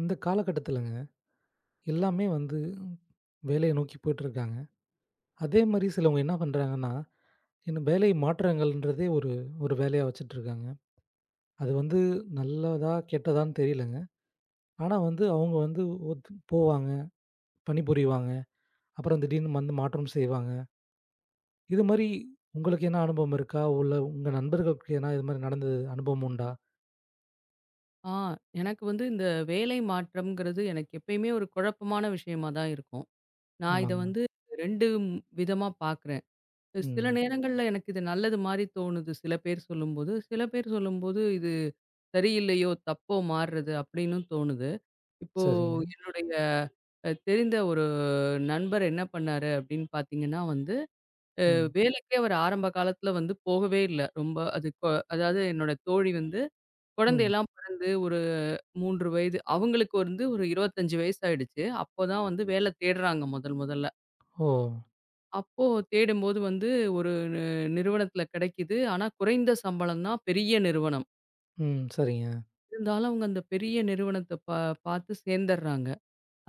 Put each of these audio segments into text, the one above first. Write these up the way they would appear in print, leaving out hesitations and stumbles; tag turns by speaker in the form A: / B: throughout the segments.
A: இந்த காலகட்டத்திலங்க எல்லாமே வந்து வேலைய நோக்கி போயிட்டுருக்காங்க. அதே மாரி சிலவங்க என்ன பண்றாங்கன்னா, இன்னும் வேலை மாற்றங்கள்ன்றதே ஒரு ஒரு வேலையா வச்சுட்டுருக்காங்க. அது வந்து நல்லதா, கெட்டதான்னு தெரியலங்க. ஆனா வந்து அவங்க வந்து ஒத்து போவாங்க, பணிபுரிவாங்க. அப்புறம் திடீர்னு வந்து மாற்றம் செய்வாங்க. இது மாரி உங்களுக்கு என்ன அனுபவம் இருக்கா? உள்ள உங்க நண்பர்களுக்கு ஏன்னா இது மாரி நடந்தது அனுபவம் உண்டா?
B: ஆ எனக்கு வந்து இந்த வேலை மாற்றம்ங்கிறது எனக்கு எப்பயுமே ஒரு குழப்பமான விஷயமா தான் இருக்கும். நான் இத
A: ஆமாங்க.
B: வந்து 2 விதமா பார்க்குறேன். சில
A: ம்.
B: நேரங்கள்ல எனக்கு இது நல்லது மாரி தோணுது, சில பேர் சொல்லும்போது. சில பேர் சொல்லும்போது, இது சரியில்லையோ! தப்போ மாறுறது அப்பிடின்னும் தோணுது. இப்போ
A: சரிங்க.
B: என்னுடைய தெரிந்த ஒரு நண்பர் என்ன பண்ணாரு அப்பிடின்னு பார்த்தீங்கன்னா வந்து,
A: ம்.
B: வேலைக்கே அவர் ஆரம்ப காலத்துல வந்து போகவே இல்ல. ரொம்ப அது அதாவது என்னோட தோழி வந்து
A: ம்.
B: குழந்தையெல்லாம் பிறந்து ஒரு 3 வயது. அவங்களுக்கு வந்து ஒரு 25 வயசு ஆயிடுச்சு. அப்போ தான் வந்து வேலை தேடுறாங்க முதல் முதல்ல.
A: ஓ!
B: அப்போ தேடும்போது வந்து ஒரு நி நிறுவனத்தில கிடைக்குது. ஆனா குறைந்த சம்பளம் தான், பெரிய நிறுவனம்.
A: ம். சரிங்க.
B: இருந்தாலும் அவங்க அந்த பெரிய நிறுவனத்த பா பார்த்து சேர்ந்துடுறாங்க.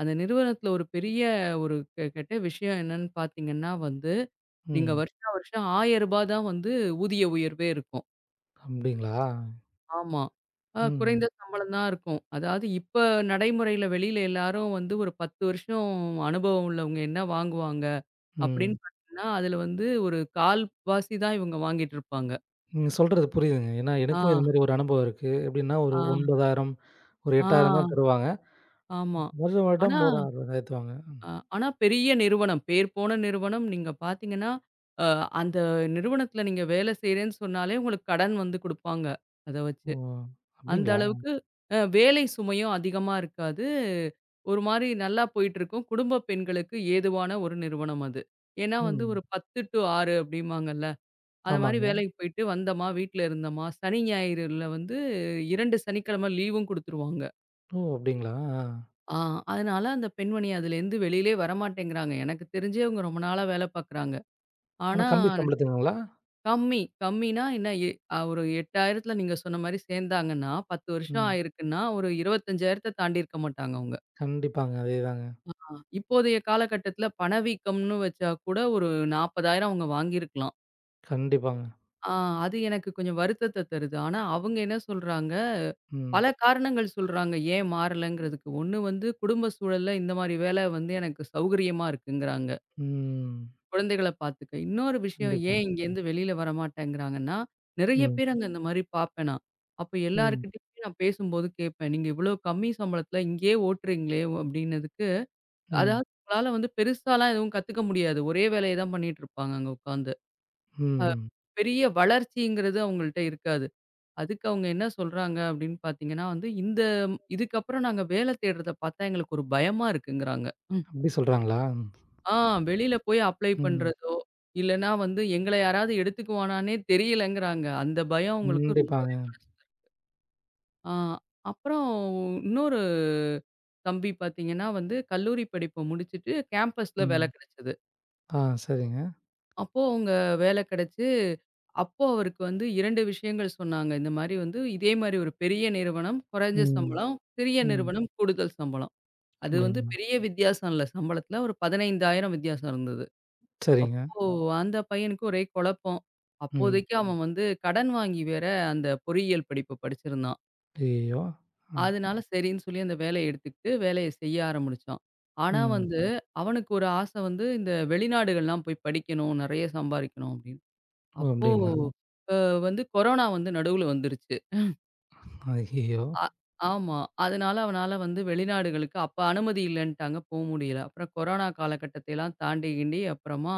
B: அந்த நிறுவனத்தில ஒரு பெரிய ஒரு கெட்ட விஷயம் என்னன்னு பார்த்தீங்கன்னா வந்து, நீங்க
A: ம்.
B: வருஷா வருஷம் ரூ. 1000 தான் வந்து ஊதிய உயர்வே இருக்கும்.
A: அப்டிங்களா?
B: ஆமா. குறைந்த
A: ம்.
B: சம்பளம் தான் இருக்கும். அதாவது இப்ப நடைமுறையில வெளியில எல்லாரும் வந்து ஒரு 10 வருஷம் அனுபவம் உள்ளவங்க என்ன வாங்குவாங்க? அப்படின்னு
A: ம்.
B: பார்த்தீங்கன்னா, அதுல வந்து ஒரு கால்வாசி தான் இவங்க வாங்கிட்டு இருப்பாங்க.
A: நீங்க சொல்றது புரியுதுங்க. ஏன்னா,
B: ஆ,
A: எனக்கும் இது மாரி ஒரு அனுபவம் இருக்கு. எப்படின்னா, ஒரு
B: ஆ,
A: 9,000, ஒரு 8,000
B: ஆ,
A: தான் தருவாங்க.
B: ஆமா.
A: வருட
B: ஆனா,
A: வருடம் ஒரு 6,000 ஏத்துவாங்க.
B: அ ஆனா பெரிய நிறுவனம், பேர் போன நிறுவனம். நீங்க பார்த்தீங்கன்னா, அ அந்த நிறுவனத்துல நீங்க வேலை செய்றேன்னு சொன்னாலே உங்களுக்கு கடன் வந்து குடுப்பாங்க. அத
A: ஓ!
B: வச்சு அந்த
A: அப்படிங்களா?
B: அளவுக்கு வேலை சுமையும் அதிகமா இருக்காது. ஒரு மாரி நல்லா போயிட்டுருக்கும். குடும்ப பெண்களுக்கு ஏதுவான ஒரு நிறுவனம் அது. ஏன்னா வந்து
A: ம்.
B: ஒரு 10 டூ 6 அப்படிம்பாங்கல்ல. அது மாரி
A: ஆமாங்க.
B: வேலைக்கு போயிட்டு வந்தோமா, வீட்ல இருந்தோமா, சனி ஞாயிறுல வந்து 2 சனிக்கிழமை லீவும் குடுத்துருவாங்க.
A: ஓ! அப்படிங்களா? ஆ.
B: ஆ அதனால அந்த பெண்மணி அதுலேருந்து வெளியிலே வரமாட்டேங்கிறாங்க. எனக்கு தெரிஞ்சே அவங்க ரொம்ப நாளா வேலை பார்க்குறாங்க.
A: ஆனா
B: ஆனா
A: கம்பி சம்பளத்துக்குங்களா?
B: கம்மி. கம்மின்னா என்ன? எ அ ஒரு 8000த்துல நீங்க சொன்ன மாரி சேர்ந்தாங்கன்னா, 10 வருஷம்
A: ம்.
B: ஆயிருக்குன்னா, ஒரு 25,000த்த தாண்டியிருக்க மாட்டாங்க அவங்க.
A: கண்டிப்பாங்க. அதேதாங்க.
B: ஆ. இப்போதைய காலகட்டத்தில பணவீக்கம்னு வச்சா கூட ஒரு 40,000 அவங்க வாங்கியிருக்கலாம்.
A: கண்டிப்பாங்க.
B: ஆ அது எனக்கு கொஞ்சம் வருத்தத்த தருது. ஆனா அவங்க என்ன சொல்றாங்க,
A: ம்.
B: பல காரணங்கள் சொல்றாங்க, ஏன் மாறலங்கிறதுக்கு. ஒண்ணு வந்து குடும்ப சூழல்ல இந்த மாரி வேலை வந்து எனக்கு சௌகரியமா இருக்குங்கிறாங்க.
A: ம்.
B: குழந்தைகள பார்த்துக்க. இன்னொரு விஷயம்
A: கண்டிப்பா.
B: ஏன் இங்கேருந்து வெளியில வரமாட்டேங்கிறாங்கன்னா, நெறைய
A: ம்.
B: பேர் அங்க இந்த மாரி பார்ப்பேன் நான். அப்ப
A: ம்.
B: எல்லார்கிட்டயுமே நான் பேசும்போது கேட்பேன். "நீங்க இவ்ளோ கம்மி சம்பளத்துல இங்கேயே ஓட்டுறீங்களே" அப்டின்னதுக்கு,
A: ம்.
B: அதாவது உங்களால வந்து பெருசாலாம் எதுவும் கத்துக்க முடியாது. ஒரே வேலைய தான் பண்ணிட்டுருப்பாங்க அங்க உட்காந்து.
A: ம்.
B: அ
A: ம்.
B: பெரிய வளர்ச்சிங்கிறது அவங்கள்ட்ட இருக்காது. அதுக்கு அவங்க என்ன சொல்றாங்க அப்டின்னு பார்த்தீங்கன்னா வந்து, "இந்த இதுக்கப்புறம் நாங்க வேல தேடுறத பார்த்தா எங்களுக்கு ஒரு பயமா இருக்குங்கிறாங்க."
A: அப்படி சொல்றாங்களா?
B: ஆ வெளியில போய் அப்ளை
A: ம்.
B: பண்றதோ, இல்லன்னா வந்து எங்கள யாராவது எடுத்துக்குவானான்னே தெரியலங்கிறாங்க. அந்த பயம் அவங்களுக்கு ரொம்பவே
A: கண்டிப்பாங்க.
B: மனசுல. ஆ அப்புறம் இன்னொரு தம்பி பார்த்தீங்கன்னா வந்து கல்லூரி படிப்ப முடிச்சுட்டு கேம்பஸ்ல வேலை
A: ம்.
B: கிடைச்சது.
A: ஆ சரிங்க.
B: அப்போ அவுங்க வேலை கிடைச்சு, அப்போ அவருக்கு வந்து 2 விஷயங்கள் சொன்னாங்க. இந்த மாரி வந்து இதே மாரி ஒரு பெரிய நிறுவனம் குறைஞ்ச
A: ம்.
B: சம்பளம், சிறிய
A: ம்.
B: நிறுவனம் கூடுதல் சம்பளம். அது வந்து
A: அப்படிங்களா?
B: பெரிய வித்தியாசம் இல்ல. சம்பளத்துல ஒரு 15,000 வித்தியாசம் இருந்தது.
A: சரிங்க.
B: அப்போ அந்த பையனுக்கு ஒரே குழப்பம்.
A: ம்.
B: அப்போதைக்கு ம். அவன் வந்து கடன் வாங்கி வேற அந்த பொறியியல் படிப்பு படிச்சிருந்தான்.
A: ஐயய்யோ! ஆ.
B: அதனால சரின்னு சொல்லி அந்த வேலைய எடுத்துக்கிட்டு வேலைய செய்ய ஆரம்பிச்சான். ஆனா
A: ம்.
B: வந்து ம். அவனுக்கு ஒரு ஆசை வந்து இந்த வெளிநாடுகள்லாம் போய் படிக்கணும், நெறைய சம்பாரிக்கணும் அப்படின்னு.
A: ஓ!
B: அப்போ
A: அப்டிங்களா?
B: வந்து கொரோனா வந்து நடுவுல வந்துருச்சு.
A: ஐய்யய்யோ!
B: அ ஆமா. அதனால அவனால வந்து வெளிநாடுகளுக்கு அப்ப அனுமதி இல்லன்ட்டாங்க, போ முடியல. அப்புறம் கொரோனா காலகட்டத்தைலாம் தாண்டி கிண்டி அப்புறமா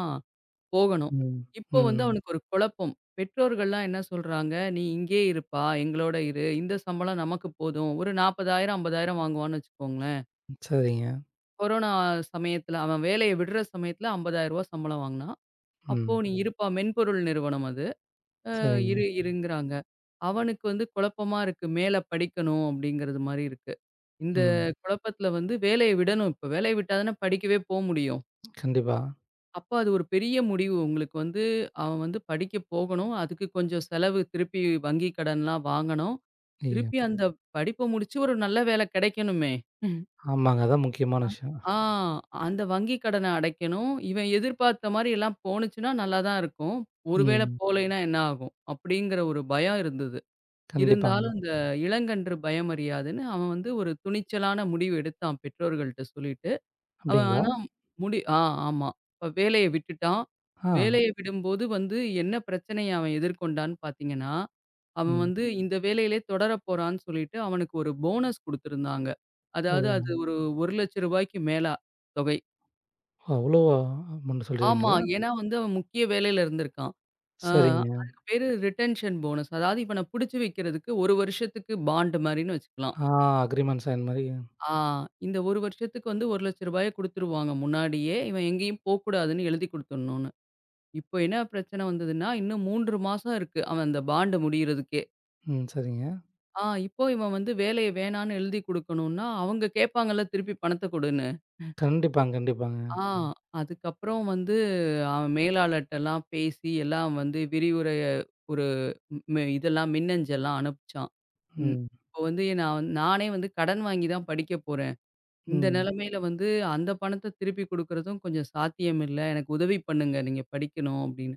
B: போகணும்.
A: ம்.
B: இப்போ வந்து
A: ம்.
B: அவனுக்கு ஒரு குழப்பம். பெற்றோர்கள்லாம் என்ன சொல்றாங்க, "நீ இங்கேயே இருப்பா, எங்களோட இரு. இந்த சம்பளம் நமக்கு போதும்." ஒரு 40,000, 50,000 வாங்குவான்னு வச்சுக்கோங்களேன்.
A: சரிங்க.
B: கொரோனா சமயத்துல அவன் வேலைய விடுற சமயத்துல ரூ. 50,000 சம்பளம் வாங்குனான். "அப்போ
A: ம்.
B: நீ ம். இருப்பா." மென்பொருள் நிறுவனம் அது. "அ
A: சரிங்க.
B: இரு இருங்கிறாங்க." அவனுக்கு வந்து குழப்பமா இருக்கு. மேல படிக்கணும் அப்படிங்கிறது மாரி இருக்கு. இந்த
A: ம்.
B: குழப்பத்துல வந்து வேலைய விடணும். இப்ப வேலைய விட்டா தானே படிக்கவே போ முடியும்.
A: கண்டிப்பா.
B: அப்ப அது ஒரு பெரிய முடிவு. உங்களுக்கு வந்து அவன் வந்து படிக்க போகணும். அதுக்கு கொஞ்சம் செலவு திருப்பி வங்கி கடன்லாம் வாங்கணும்.
A: ஐயோ!
B: திருப்பி அந்த ம். படிப்ப முடிச்சு ஒரு நல்ல வேலை கிடைக்கணுமே! ம்.
A: ஆமாங்க. அதான் முக்கியமான விஷயம்.
B: ஆ அந்த வங்கி கடன அடைக்கணும். இவன் எதிர்பார்த்த மாரி எல்லாம் போணுச்சுன்னா நல்லா தான் இருக்கும். ஒருவேளை ம்.
A: ம்.
B: போலைன்னா என்ன ஆகும்? அப்படிங்கிற ஒரு பயம் இருந்தது.
A: கண்டிப்பாங்க.
B: இருந்தாலும் இந்த இளங்கன்று பயமறியாதுன்னு அவன் வந்து ஒரு துணிச்சலான முடிவு எடுத்தான் பெற்றோர்கள்ட்ட சொல்லிட்டு. அவன்
A: அப்டிங்களா?
B: ஆனா முடி ஆ ஆமா. இப்ப வேலைய விட்டுட்டான்.
A: ஆ.
B: வேலைய விடும்போது வந்து என்ன பிரச்சனைய அவன் எதிர்கொண்டான்னு பார்த்தீங்கன்னா, அவன்
A: ம்.
B: வந்து இந்த வேலையிலே தொடரப் போறான்னு சொல்லிட்டு அவனுக்கு ஒரு போனஸ் குடுத்திருந்தாங்க.
A: ஓ!
B: அதாவது அது ஒரு ரூ. 1,00,000க்கு மேல தொகை.
A: அவ்ளோ அமௌண்ட்
B: ஆமா.
A: சொல்றீங்களா?
B: ஏன்னா வந்து அவன் முக்கிய வேலையில இருந்திருக்கான். ஆ
A: சரிங்க.
B: அதுக்கு பேரு ரிட்டன்ஷன் போனஸ். அதாவது இவன புடிச்சு வைக்கிறதுக்கு 1 வருஷத்துக்கு பாண்ட் மாரின்னு வச்சுக்கலாம்.
A: ஆ அக்ரீமெண்ட் சைன் மாரி.
B: ஆ இந்த 1 வருஷத்துக்கு வந்து ரூ. 1,00,000 குடுத்துருவாங்க முன்னாடியே. இவன் எங்கேயும் போக்கூடாதுன்னு எழுதி குடுத்துடணும்னு. இப்போ என்ன பிரச்சனை வந்ததுன்னா, இன்னும் 3 மாசம் இருக்கு. அவன் அந்த பாண்ட் முடியிறதுக்கே.
A: ம். சரிங்க.
B: இப்போ இவன் வந்து வேலைய வேணான்னு எழுதி குடுக்கணும்னா, அவங்க கேட்பாங்கல்ல திருப்பி பணத்த குடுன்னு.
A: கண்டிப்பாங்க, கண்டிப்பாங்க.
B: ஆ அதுக்கப்புறம் வந்து அவன் மேலாளர்ட்டலாம் பேசி எல்லாம் வந்து விரிவுரை ஒரு இதெல்லாம் மின்னஞ்சல்லாம் அனுப்பிச்சான். ம்.
A: ம்.
B: இப்போ வந்து நானே வந்து கடன் வாங்கி தான் படிக்க போறேன். இந்த
A: ம்.
B: நிலைமையில வந்து அந்த பணத்த திருப்பி குடுக்குறதும் கொஞ்சம் சாத்தியம் இல்ல. எனக்கு உதவி பண்ணுங்க. நீங்க படிக்கணும் அப்படின்னு.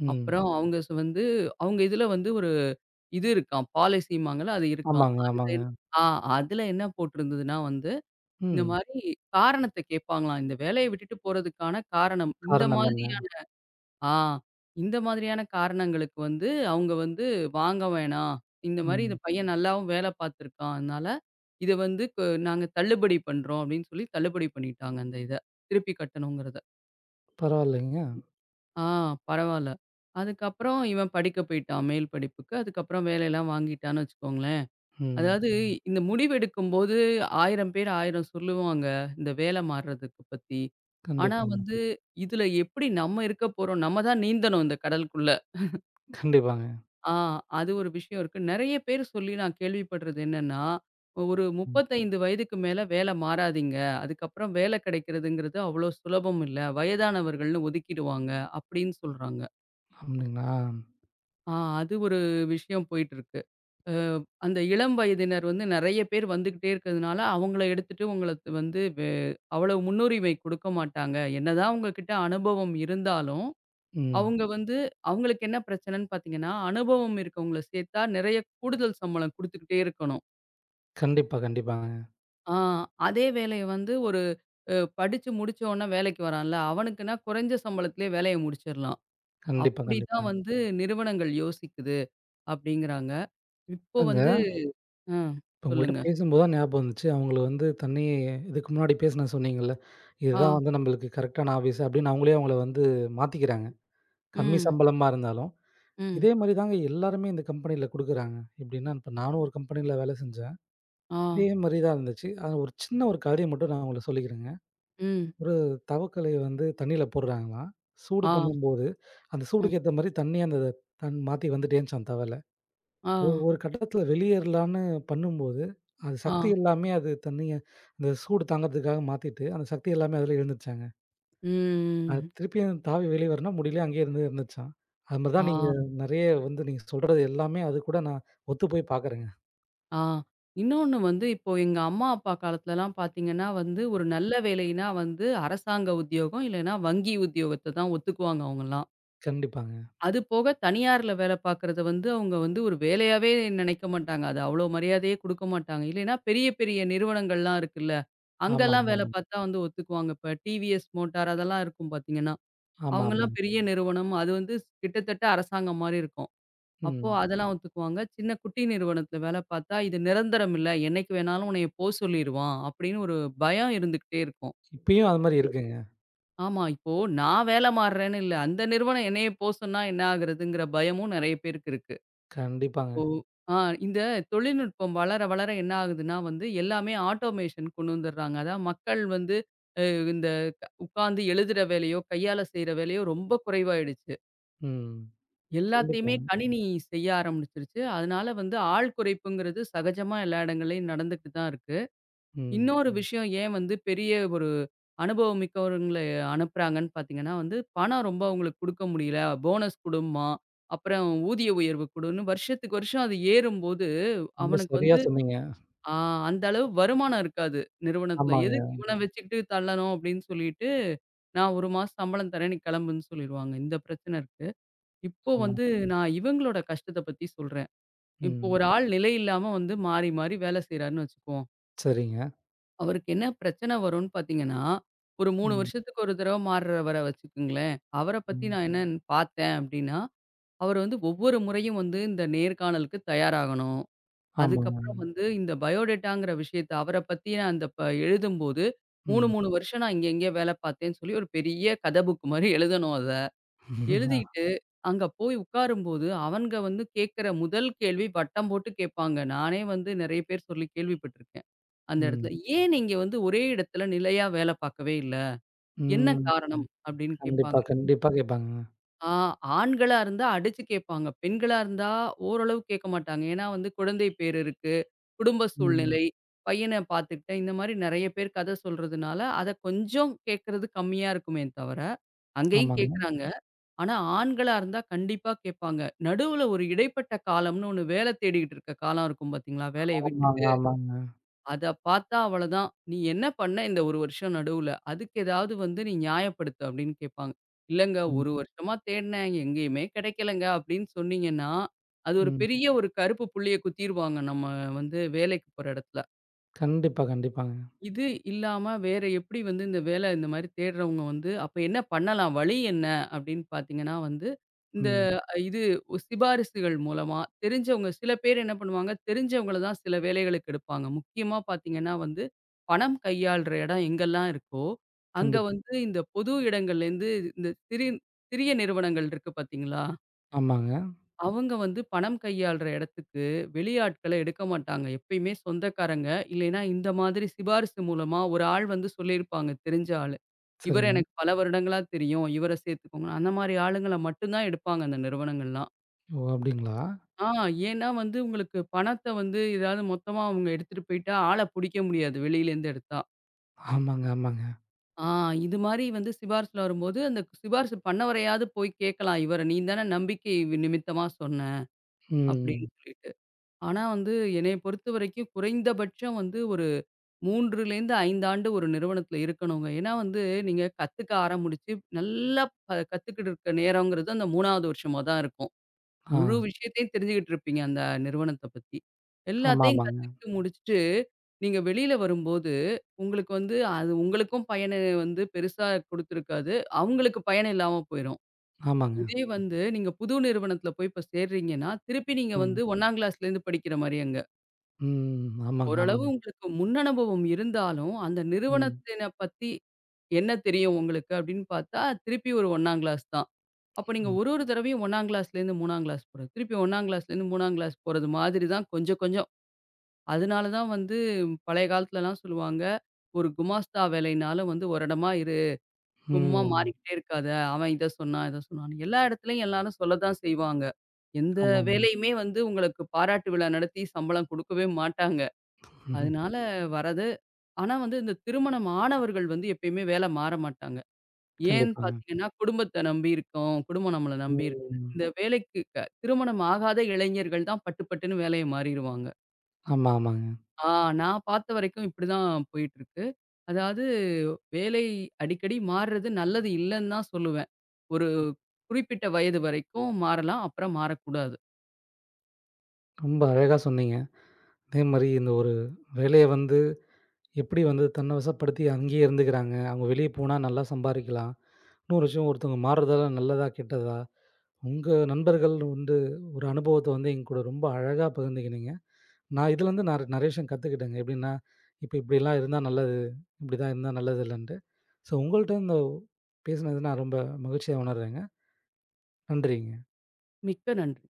A: ம்.
B: அப்புறம் வந்து அவங்க இதுல வந்து ஒரு இது இருக்காம். பாலிசிம்பாங்கல்ல அது இருக்காம்.
A: ஆமாங்க,
B: அதுல
A: ஆமாங்க.
B: என் ஆ அதுல என்ன போட்டிருந்ததுன்னா வந்து, இந்த
A: ம்.
B: மாரி காரணத்த கேட்பாங்களாம். இந்த வேலைய விட்டுட்டு போறதுக்கான காரணம். இந்த
A: காரணம் என்ன?
B: மாதிரியான ஆ இந்த மாதிரியான காரணங்களுக்கு வந்து அவங்க வந்து வாங்க வேணாம். இந்த மாரி இந்த
A: ம்.
B: பையன் நல்லாவும் வேல பார்த்துருக்கான். அதனால இத வந்து நாங்க தள்ளுபடி பண்றோம் அப்படின்னு சொல்லி தள்ளுபடி பண்ணிட்டாங்க அந்த இத. திருப்பி கட்டணுங்கிறத.
A: பரவாயில்லைங்க.
B: ஆ பரவால்ல. அதுக்கப்புறம் இவன் படிக்க போயிட்டான் மேல் படிப்புக்கு. அதுக்கப்புறம் வேலையெல்லாம் வாங்கிட்டான்னு வச்சுக்கோங்களேன்.
A: ம்.
B: அதாவது இந்த முடிவெடுக்கும்போது 1000 பேர் 1000 சொல்லுவாங்க. இந்த வேல மாறுறதுக்கு பத்தி. ஆனா
A: கண்டிப்பாங்க.
B: வந்து இதுல எப்படி நம்ம இருக்க போறோம்? நம்ம தான் நீந்தணும் இந்த கடலுக்குள்ள.
A: கண்டிப்பாங்க.
B: ஆ அது ஒரு விஷயம் இருக்கு. நெறைய பேர் சொல்லி நான் கேள்விப்படுறது என்னன்னா, ஒரு
A: ம்.
B: 35 வயதுக்கு மேல வேல மாறாதீங்க. அதுக்கப்புறம் வேல கிடைக்கிறதுங்கிறது அவ்வளோ சுலபம் இல்ல. வயதானவர்கள்னு ஒதுக்கிடுவாங்க அப்படின்னு சொல்றாங்க.
A: அப்டிங்களா?
B: ஆ அது ஒரு விஷயம் போயிட்டு இருக்கு. அ அந்த இளம் வயதினர் வந்து நெறைய பேர் வந்துகிட்டே இருக்கிறதுனால, அவங்கள எடுத்துட்டு உங்கள வந்து அவ்வளவு முன்னுரிமை குடுக்க மாட்டாங்க. என்னதான் அவங்க கிட்ட அனுபவம் இருந்தாலும்,
A: ம்.
B: அவங்க வந்து அவங்களுக்கு என்ன பிரச்சனைன்னு பார்த்தீங்கன்னா, அனுபவம் இருக்கவங்கள சேர்த்தா நெறைய கூடுதல் சம்பளம் குடுத்துக்கிட்டே இருக்கணும்.
A: கண்டிப்பா, கண்டிப்பாங்க.
B: ஆ அதே வேலைய வந்து ஒரு படிச்சு முடிச்சவன்னா வேலைக்கு வரான்ல, அவனுக்குன்னா குறைஞ்ச சம்பளத்திலேயே வேலைய முடிச்சிடலாம்.
A: கண்டிப்பா,
B: அப்படிதான்
A: கண்டிப்பாங்க.
B: வந்து நிறுவனங்கள் யோசிக்குது அப்படிங்கிறாங்க. இப்போ
A: அங்க
B: வந்து ஆ
A: இப்ப உங்கள்ட்ட
B: சொல்லுங்க.
A: பேசும்போது தான் ஞாபகம் வந்துச்சு. அவங்கள வந்து தண்ணி இதுக்கு முன்னாடி பேசினேன் சொன்னீங்கல்ல,
B: ஆ.
A: இதுதான் வந்து நம்மளுக்கு கரெக்டான ஆஃபீஸ் அப்படின்னு அவங்களே அவங்கள வந்து மாத்திக்கிறாங்க. கம்மி
B: ம்.
A: சம்பளமா இருந்தாலும்.
B: ம்.
A: இதே மாரி தாங்க எல்லாருமே இந்த கம்பெனியில குடுக்குறாங்க. எப்படின்னா, இப்ப நானும் ஒரு கம்பெனியில வேலை செஞ்சேன்.
B: ஆ,
A: இதே மாரி தான் இருந்துச்சு. ஆனா ஒரு சின்ன ஒரு கதைய மட்டும் நான் உங்களுக்கு சொல்லிக்கிறேங்க.
B: ம்.
A: ஒரு தவக்கலைய வந்து தண்ணியில போடுறாங்களாம். சூடு
B: ஆ,
A: பண்ணும்போது, அந்த
B: ம்.
A: சூடுக்கு ஏத்த மாரி தண்ணி அந்த தன் மாத்தி வந்துட்டே இருந்துச்சாம் தவள.
B: ஆ,
A: ஒரு கட்டத்தில வெளியேறலான்னு பண்ணும்போது, அது
B: ஆ.
A: சக்தி எல்லாமே அது தன்னையே அந்த சூடு தாங்கறதுக்காக மாத்திட்டு, அந்த சக்தி எல்லாமே அதுல இழந்துருச்சாங்க. அது
B: ம்.
A: திருப்பியும் தாவி வெளிய வரணும்னா முடியல, அங்கேயே இருந்து இருந்துச்சாம். அது மாரி
B: ஆ,
A: தான் நீங்க நெறைய வந்து நீங்க சொல்றது எல்லாமே அது கூட நான் ஒத்து போய் பாக்குறேங்க.
B: ஆ. இன்னொன்னு வந்து இப்போ எங்க அம்மா, அப்பா காலத்துலலாம் பார்த்தீங்கன்னா வந்து, ஒரு நல்ல வேலைன்னா வந்து அரசாங்க உத்தியோகம், இல்லன்னா வங்கி உத்தியோகத்த தான் ஒத்துக்குவாங்க அவங்கலாம்.
A: கண்டிப்பாங்க.
B: அது போக தனியார்ல வேல பார்க்குறத வந்து அவங்க வந்து ஒரு வேலையாவே நினைக்க மாட்டாங்க. அது அவ்வளோ மரியாதையே குடுக்க மாட்டாங்க. இல்லைன்னா பெரிய, பெரிய நிறுவனங்கள்லாம் இருக்குல்ல, அங்கலாம்
A: ஆமாங்க,
B: வேல
A: ஆமா.
B: பார்த்தா வந்து ஒத்துக்குவாங்க. இப்ப டிவிஎஸ் மோட்டார் அதெல்லாம் இருக்கும் பார்த்தீங்கன்னா.
A: ஆமாமா.
B: அவங்கலாம் பெரிய நிறுவனம். அது வந்து கிட்டத்தட்ட அரசாங்கம் மாரி இருக்கும். அப்போ
A: ம்.
B: அதெல்லாம் ஒத்துக்குவாங்க. சின்ன குட்டி நிறுவனத்தில வேலை பார்த்தா, இது நிரந்தரம் இல்ல. என்னைக்கு வேணாலும் உன்னைய போ சொல்லிருவான். அப்படின்னு ஒரு பயம் இருந்துகிட்டே இருக்கும்.
A: இப்பயும் அது மாரி இருக்குங்க.
B: ஆமா, இப்போ நான் வேலை மாறுறேன்னு இல்ல. அந்த நிறுவனம் என்னைய போ சொன்னா என்ன ஆகுறதுங்கிற பயமும் நெறைய பேருக்கு இருக்கு.
A: கண்டிப்பாங்க.
B: இப்போ ஆ இந்த தொழில்நுட்பம் வளர, வளர என்ன ஆகுதுன்னா வந்து எல்லாமே ஆட்டோமேஷன் கொண்டு வந்துடுறாங்க. அதான் மக்கள் வந்து அ இந்த உட்கார்ந்து எழுதுற வேலையோ, கையால செய்ற வேலையோ ரொம்ப குறைவாயிடுச்சு.
A: ம்.
B: எல்லாத்தையுமே
A: கண்டிப்பா.
B: கணினி செய்ய ஆரம்பிச்சிருச்சு. அதனால வந்து ஆள் குறைப்புங்கிறது சகஜமா எல்லா இடங்கள்லயும் நடந்துட்டு தான் இருக்கு.
A: ம்.
B: இன்னொரு ம். விஷயம் ஏன் வந்து பெரிய ஒரு அனுபவம் மிக்கவங்கள அனுப்புறாங்கன்னு பார்த்தீங்கன்னா வந்து, பணம் ரொம்ப அவங்களுக்கு குடுக்க முடியல. போனஸ் குடும்மா, அப்புறம் ஊதிய உயர்வு குடுன்னு வருஷத்துக்கு வருஷம் அது ஏறும்போது,
A: ரொம்ப
B: அவனுக்கு
A: சரியா
B: வந்து
A: சொன்னீங்க.
B: ஆ அந்த அளவு வருமானம் இருக்காது நிறுவனத்தில.
A: ஆமாங்க.
B: எதுக்கு இவன வச்சுக்கிட்டு தள்ளணும் அப்படின்னு சொல்லிட்டு, நான் 1 மாசம் சம்பளம் தரேன் நீ கிளம்புன்னு சொல்லிருவாங்க. இந்த பிரச்சனை இருக்கு. இப்போ
A: ஆமா.
B: வந்து நான் இவங்களோட கஷ்டத்த பத்தி சொல்றேன். இப்போ
A: ம்.
B: ஒரு ஆள் நிலை இல்லாம வந்து மாறி, மாறி வேலை செய்றாருன்னு வச்சுக்குவோம்.
A: சரிங்க.
B: அவருக்கு என்ன பிரச்சனை வரும்னு பார்த்தீங்கன்னா, ஒரு 3
A: ம்.
B: வருஷத்துக்கு ஒரு தடவ மாறுறவர வச்சுக்கங்களேன். அவர பத்தி
A: ம்.
B: நான் என்னன்னு பார்த்தேன் அப்டின்னா, அவர் வந்து ஒவ்வொரு முறையும் வந்து இந்த நேர்காணலுக்கு தயாராகணும்.
A: ஆமாங்க.
B: அதுக்கப்புறம் வந்து இந்த பயோடேட்டாங்கிற விஷயத்த அவர பத்தி நான் அந்த எழுதும்போது 3,
A: ம்.
B: 3 வருஷம் நான் இங்க, இங்க வேலை பார்த்தேன்னு சொல்லி ஒரு பெரிய கத புக் மாரி எழுதணும் அத.
A: ஆ.
B: எழுதிட்டு, அங்க போய் உட்காரும்போது, அவனுங்க வந்து கேட்கிற முதல் கேள்வி வட்டம் போட்டு கேட்பாங்க. நானே வந்து நெறைய பேர் சொல்லி கேள்விப்பட்டுருக்கேன். அந்த இடத்துல,
A: ம்.
B: "ஏன் நீங்க வந்து ஒரே இடத்துல நிலையா வேல பார்க்கவே இல்ல? என்ன காரணம்?"
A: ம்.
B: அப்படின்னு
A: கண்டிப்பா,
B: கேட்பாங்க.
A: கண்டிப்பா கேட்பாங்கங்க.
B: ஆ ஆண்களா இருந்தா அடிச்சு கேட்பாங்க. பெண்களா இருந்தா ஓரளவு கேட்க மாட்டாங்க. ஏன்னா வந்து குழந்தை பேறு இருக்கு, குடும்ப
A: ம்.
B: சூழ்நிலை, பையன பார்த்துக்கிட்டேன், இந்த மாரி நெறைய பேர் கத சொல்றதுனால, அத கொஞ்சம் கேட்கறது கம்மியா இருக்குமே தவிர, அங்கேயும்
A: ஆமாங்க.
B: கேட்கறாங்க. ஆனா, ஆண்களா இருந்தா கண்டிப்பா கேட்பாங்க. நடுவுல ஒரு இடைப்பட்ட காலம்னு ஒண்ணு வேல தேடிக்கிட்டு இருக்க காலம் இருக்கும் பார்த்தீங்களா? வேலைய
A: ஆமாங்க,
B: விட்டுட்டு,
A: ஆமாங்க.
B: அத பார்த்தா அவ்வளதான். "நீ என்ன பண்ண இந்த 1 வருஷம் நடுவுல? அதுக்கு ஏதாவது வந்து நீ நியாயப்படுத்து" அப்படின்னு கேட்பாங்க. "இல்லங்க
A: ம்,
B: 1 வருஷமா தேடினேன். எங்கேயுமே கிடைக்கலங்க" அப்படின்னு சொன்னீங்கன்னா, அது ஒரு
A: ம்.
B: பெரிய ஒரு கருப்பு புள்ளிய குத்திருவாங்க, நம்ம வந்து வேலைக்கு போற இடத்துல.
A: கண்டிப்பா, கண்டிப்பாங்க.
B: இது இல்லாம வேற எப்படி வந்து இந்த வேலை இந்த மாரி தேடுறவங்க வந்து, அப்ப என்ன பண்ணலாம்? வழி என்ன? அப்படின்னு பார்த்தீங்கன்னா வந்து, இந்த
A: ம்.
B: இது சிபாரிசுகள் மூலமா தெரிஞ்சவங்க சில பேர் என்ன பண்ணுவாங்க, தெரிஞ்சவங்கள தான் சில வேலைகளுக்கு எடுப்பாங்க. முக்கியமா பார்த்தீங்கன்னா வந்து, பணம் கையாள்ற இடம் எங்கெல்லாம் இருக்கோ, அங்க
A: கண்டிப்
B: வந்து இந்த பொது இடங்கள்லேருந்து இந்த சிறிய நிறுவனங்கள் இருக்கு பார்த்தீங்களா?
A: ஆமாங்க.
B: அவங்க வந்து பணம் கையாள்ற இடத்துக்கு வெளியாட்கள எடுக்க மாட்டாங்க. எப்பயுமே சொந்தக்காரங்க, இல்லைன்னா இந்த மாதிரி சிபாரிசு மூலமா ஒரு ஆள் வந்து சொல்லியிருப்பாங்க தெரிஞ்ச ஆளு. இவர
A: சரிங்க.
B: எனக்கு பல வருடங்களா தெரியும். இவர சேர்த்துக்கோங்க. அந்த மாரி ஆளுங்கள மட்டும் தான் எடுப்பாங்க அந்த நிறுவனங்கள்லாம்.
A: ஓ! அப்டிங்களா?
B: ஆ ஏன்னா வந்து உங்களுக்கு பணத்த வந்து ஏதாவது மொத்தமா அவங்க எடுத்துட்டு போயிட்டா, ஆள புடிக்க முடியாது வெளியிலேருந்து எடுத்தா.
A: ஆமாங்க, ஆமாங்க.
B: ஆ இது மாரி வந்து சிபாரிசுல வரும்போது, அந்த சிபாரிசு பண்ணவரையாவது போய் கேட்கலாம். இவர நீ தானே நம்பிக்கை நிமித்தமா சொன்ன அப்படின்னு
A: ம்.
B: சொல்லிட்டு. ஆனா வந்து, என்னைய பொறுத்தவரைக்கும் குறைந்தபட்சம் வந்து ஒரு 3லேருந்து 5 ஆண்டு ஒரு நிறுவனத்தில இருக்கணுங்க. ஏன்னா வந்து, நீங்க கத்துக்க ஆரம்பிச்சு, நல்லா கத்துக்கிட்டு இருக்க நேரங்கிறது அந்த 3வது வருஷமா தான் இருக்கும்.
A: ஆ.
B: முழு விஷயத்தையும் தெரிஞ்சுகிட்டு இருப்பீங்க, அந்த நிறுவனத்த பத்தி.
A: ஆமா,
B: எல்லாத்தையும்
A: ஆமாங்க.
B: கத்துக்கிட்டு முடிச்சுட்டு, நீங்க வெளியில வரும்போது, உங்களுக்கு வந்து அது உங்களுக்கும் பயன வந்து பெருசா குடுத்துருக்காது. அவங்களுக்கு பயன் இல்லாம போயிரும்.
A: ஆமாங்க.
B: இதே வந்து, நீங்க புது நிறுவனத்தில போய் இப்ப சேர்றீங்கன்னா, திருப்பி நீங்க வந்து
A: ம்.
B: 1ஆம் கிளாஸ்லேருந்து படிக்கிற மாரி அங்க.
A: ம். ஆமாங்க,
B: ஓரளவு
A: ஆமாங்க.
B: உங்களுக்கு முன் அனுபவம் இருந்தாலும், அந்த
A: ம்.
B: நிறுவனத்தின பத்தி என்ன தெரியும் உங்களுக்கு அப்படின்னு பார்த்தா, திருப்பி ஒரு 1ஆம் கிளாஸ் தான். அப்ப நீங்க
A: ம்.
B: ஒரு ஒரு தடவையும் 1ஆம் கிளாஸ்லேருந்து 3ஆம் கிளாஸ் போறது. திருப்பி 1ஆம் கிளாஸ்லேருந்து 3ஆம் கிளாஸ் போறது மாதிரி தான் கொஞ்சம் கொஞ்சம். அதனால தான் வந்து பழைய காலத்துலலாம் சொல்லுவாங்க, "ஒரு குமாஸ்தா வேலைனாலும் வந்து ஒரு இடமா இரு. சும்மா
A: ம்.
B: மாறிக்கிட்டே இருக்காத. அவன் இத சொன்னான், இத சொன்னான்னு." எல்லா இடத்துலயும் எல்லாரும் சொல்லத்தான் செய்வாங்க. எந்த
A: ஆமாங்க.
B: வேலையுமே வந்து உங்களுக்கு பாராட்டு விழா நடத்தி சம்பளம் குடுக்கவே மாட்டாங்க. அதனால வரது. ஆனா வந்து இந்த திருமணம் ஆனவர்கள் வந்து எப்பயுமே வேல மாற மாட்டாங்க. ஏன்னு
A: கண்டிப்பாங்க.
B: பார்த்தீங்கன்னா, குடும்பத்த நம்பி இருக்கோம். குடும்பம் நம்மள நம்பி இருக்கு.
A: ம்.
B: இந்த வேலைக்கு திருமணம் ஆகாத இளைஞர்கள் தான் பட்டு பட்டுன்னு வேலைய மாறிருவாங்க.
A: ஆமா, ஆமாங்க.
B: ஆ நான் பார்த்த வரைக்கும் இப்படிதான் போயிட்டுருக்கு. அதாவது வேலை அடிக்கடி மாறுறது நல்லது இல்லன்னு தான் சொல்லுவேன். ஒரு குறிப்பிட்ட வயது வரைக்கும் மாறலாம். அப்புறம் மாறக்கூடாது.
A: ரொம்ப அழகா சொன்னீங்க. அதே மாரி இந்த ஒரு வேலைய வந்து எப்படி வந்து தன்ன வசப்படுத்தி அங்கேயே இருந்துக்கிறாங்க. அவங்க வெளிய போனா நல்லா சம்பாரிக்கலாம். இன்னொரு விஷயம் ஒருத்தவங்க மாறுறதால நல்லதா, கெட்டதா? உங்க நண்பர்கள் வந்து ஒரு அனுபவத்த வந்து எங்க கூட ரொம்ப அழகா பகிர்ந்துக்கினீங்க. நான் இதுலருந்து நெறைய விஷயம் கத்துக்கிட்டேங்க. எப்படின்னா, இப்ப இப்படிலாம் இருந்தா நல்லது, இப்படிதான் இருந்தா நல்லது இல்லன்ட்டு. ஸோ உங்கள்ட்ட இந்த பேசினது நான் ரொம்ப மகிழ்ச்சியா உணர்றேங்க. நன்றிங்க.
B: மிக்க நன்றி.